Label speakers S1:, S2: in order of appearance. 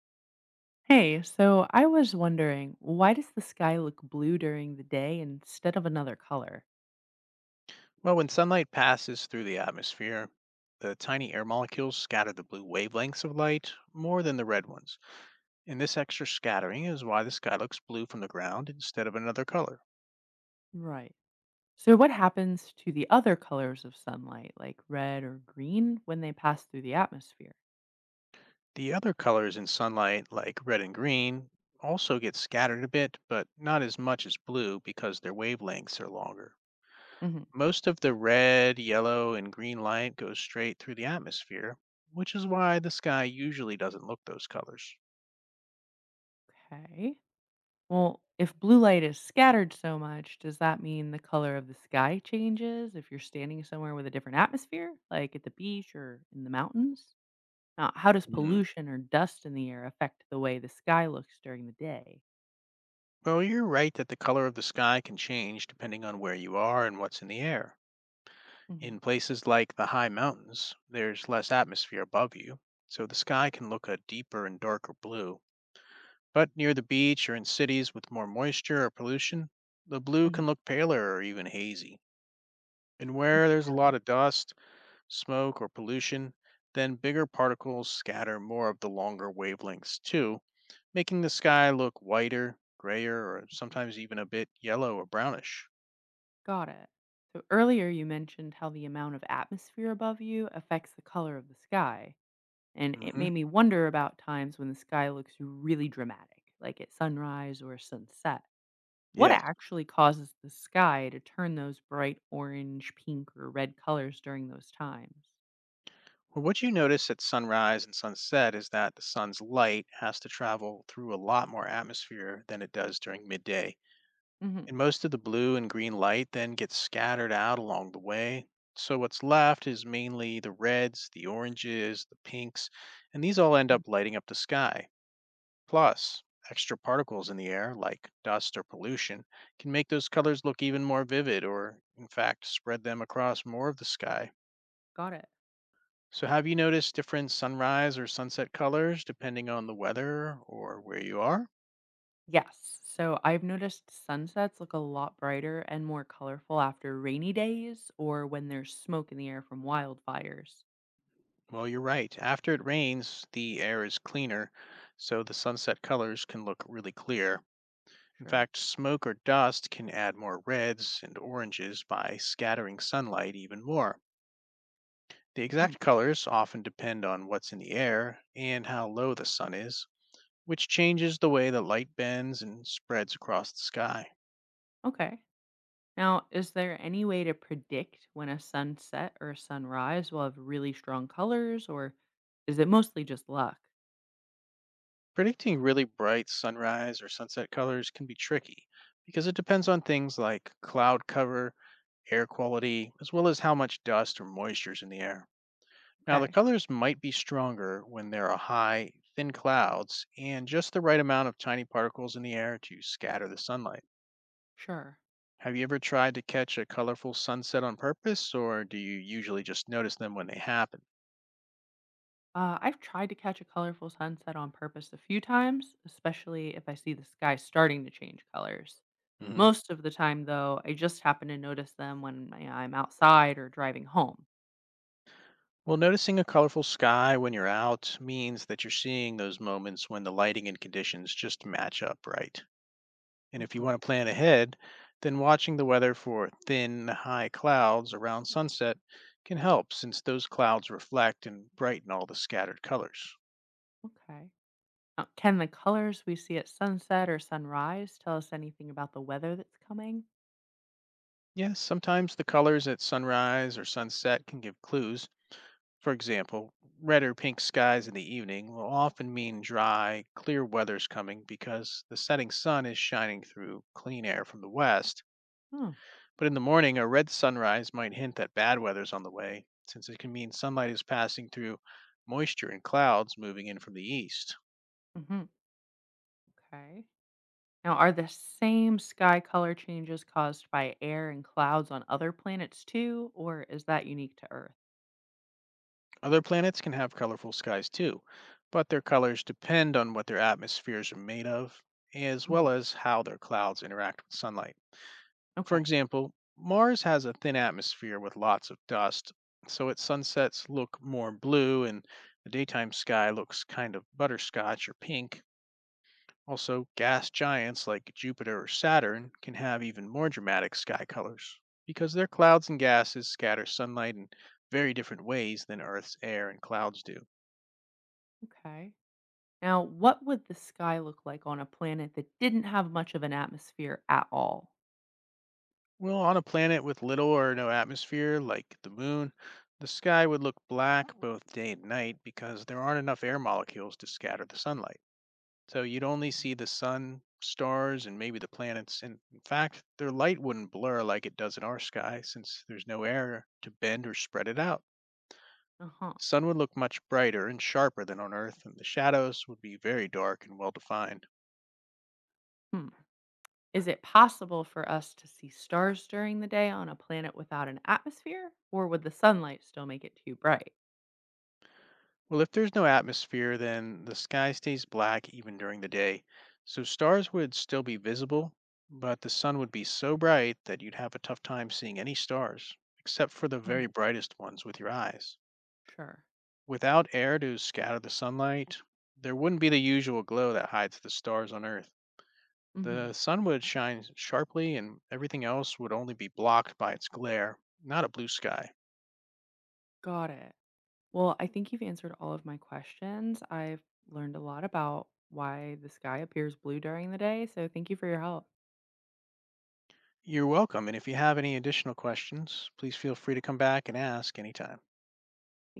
S1: Hey, so I was wondering, why does the sky look blue during the day instead of another color?
S2: Well, when sunlight passes through the atmosphere, the tiny air molecules scatter the blue wavelengths of light more than the red ones. And this extra scattering is why the sky looks blue from the ground instead of another color.
S1: Right. So, what happens to the other colors of sunlight, like red or green, when they pass through the atmosphere?
S2: The other colors in sunlight, like red and green, also get scattered a bit, but not as much as blue because their wavelengths are longer.
S1: Hmm.
S2: Most of the red, yellow, and green light goes straight through the atmosphere, which is why the sky usually doesn't look those colors.
S1: Okay. Well, if blue light is scattered so much, does that mean the color of the sky changes if you're standing somewhere with a different atmosphere, like at the beach or in the mountains? Now, how does
S2: Hmm.
S1: pollution or dust in the air affect the way the sky looks during the day?
S2: Well, you're right that the color of the sky can change depending on where you are and what's in the air.
S1: Hmm.
S2: In places like the high mountains, there's less atmosphere above you, so the sky can look a deeper and darker blue. But near the beach or in cities with more moisture or pollution, the blue can look paler or even hazy. And where there's a
S1: Okay.
S2: lot of dust smoke, or pollution, then bigger particles scatter more of the longer wavelengths too, making the sky look whiter, grayer, or sometimes even a bit yellow or brownish.
S1: Got it. So earlier you mentioned how the amount of atmosphere above you affects the color of the sky. And it
S2: Hmm.
S1: made me wonder about times when the sky looks really dramatic, like at sunrise or sunset. What
S2: Yes.
S1: actually causes the sky to turn those bright orange, pink, or red colors during those times?
S2: Well, what you notice at sunrise and sunset is that the sun's light has to travel through a lot more atmosphere than it does during midday. And
S1: Hmm.
S2: most of the blue and green light then gets scattered out along the way. So what's left is mainly the reds, the oranges, the pinks, and these all end up lighting up the sky. Plus, extra particles in the air, like dust or pollution, can make those colors look even more vivid or, in fact, spread them across more of the sky.
S1: Got it.
S2: So, have you noticed different sunrise or sunset colors depending on the weather or where you are?
S1: Yes. So I've noticed sunsets look a lot brighter and more colorful after rainy days or when there's smoke in the air from wildfires.
S2: Well, you're right. After it rains, the air is cleaner, so the sunset colors can look really clear. In
S1: Sure.
S2: fact, smoke or dust can add more reds and oranges by scattering sunlight even more. The
S1: Hmm,
S2: exact colors often depend on what's in the air and how low the sun is, which changes the way the light bends and spreads across the sky.
S1: okay. Now, is there any way to predict when a sunset or a sunrise will have really strong colors, or is it mostly just luck?
S2: Predicting really bright sunrise or sunset colors can be tricky because it depends on things like cloud cover, air quality, as well as how much dust or moisture is in the air. Now, the
S1: Okay,
S2: colors might be stronger when there are high, thin clouds and just the right amount of tiny particles in the air to scatter the sunlight.
S1: sure.
S2: Have you ever tried to catch a colorful sunset on purpose, or do you usually just notice them when they happen?
S1: I've tried to catch a colorful sunset on purpose a few times, especially if I see the sky starting to change colors.
S2: Mhm.
S1: Most of the time, though, I just happen to notice them when I'm outside or driving home.
S2: Well, noticing a colorful sky when you're out means that you're seeing those moments when the lighting and conditions just match up right. And if you
S1: Mhm,
S2: want to plan ahead, then watching the weather for thin, high clouds around sunset can help since those clouds reflect and brighten all the scattered colors.
S1: okay. Now, can the colors we see at sunset or sunrise tell us anything about the weather that's coming?
S2: Yes, sometimes the colors at sunrise or sunset can give clues. For example, red or pink skies in the evening will often mean dry, clear weather's coming because the setting sun is shining through clean air from the west.
S1: Oh,
S2: But in the morning, a red sunrise might hint that bad weather's on the way, since it can mean sunlight is passing through moisture and clouds moving in from the east.
S1: mhm, okay. Now, are the same sky color changes caused by air and clouds on other planets too, or is that unique to Earth?
S2: Other planets can have colorful skies too, but their colors depend on what their atmospheres are made of, as well
S1: Mhm,
S2: as how their clouds interact with sunlight. For
S1: okay,
S2: example, Mars has a thin atmosphere with lots of dust, so its sunsets look more blue and the daytime sky looks kind of butterscotch or pink. Also, gas giants like Jupiter or Saturn can have even more dramatic sky colors because their clouds and gases scatter sunlight in very different ways than Earth's air and clouds do.
S1: okay. Now, what would the sky look like on a planet that didn't have much of an atmosphere at all?
S2: Well, on a planet with little or no atmosphere like the moon, the sky would look black both day and night because there aren't enough air molecules to scatter the sunlight. So you'd only see the sun, stars, and maybe the planets. And in fact, their light wouldn't blur like it does in our sky since there's no air to bend or spread it out.
S1: Uh huh.
S2: The sun would look much brighter and sharper than on Earth, and the shadows would be very dark and well defined.
S1: Hmm. Is it possible for us to see stars during the day on a planet without an atmosphere, or would the sunlight still make it too bright?
S2: Well, if there's no atmosphere, then the sky stays black even during the day, so stars would still be visible, but the sun would be so bright that you'd have a tough time seeing any stars, except for the
S1: Mhm,
S2: very brightest ones with your eyes.
S1: sure.
S2: Without air to scatter the sunlight, there wouldn't be the usual glow that hides the stars on Earth. The
S1: Hmm.
S2: sun would shine sharply, and everything else would only be blocked by its glare, not a blue sky.
S1: Got it. Well, I think you've answered all of my questions. I've learned a lot about why the sky appears blue during the day, so thank you for your help.
S2: You're welcome, and if you have any additional questions, please feel free to come back and ask anytime.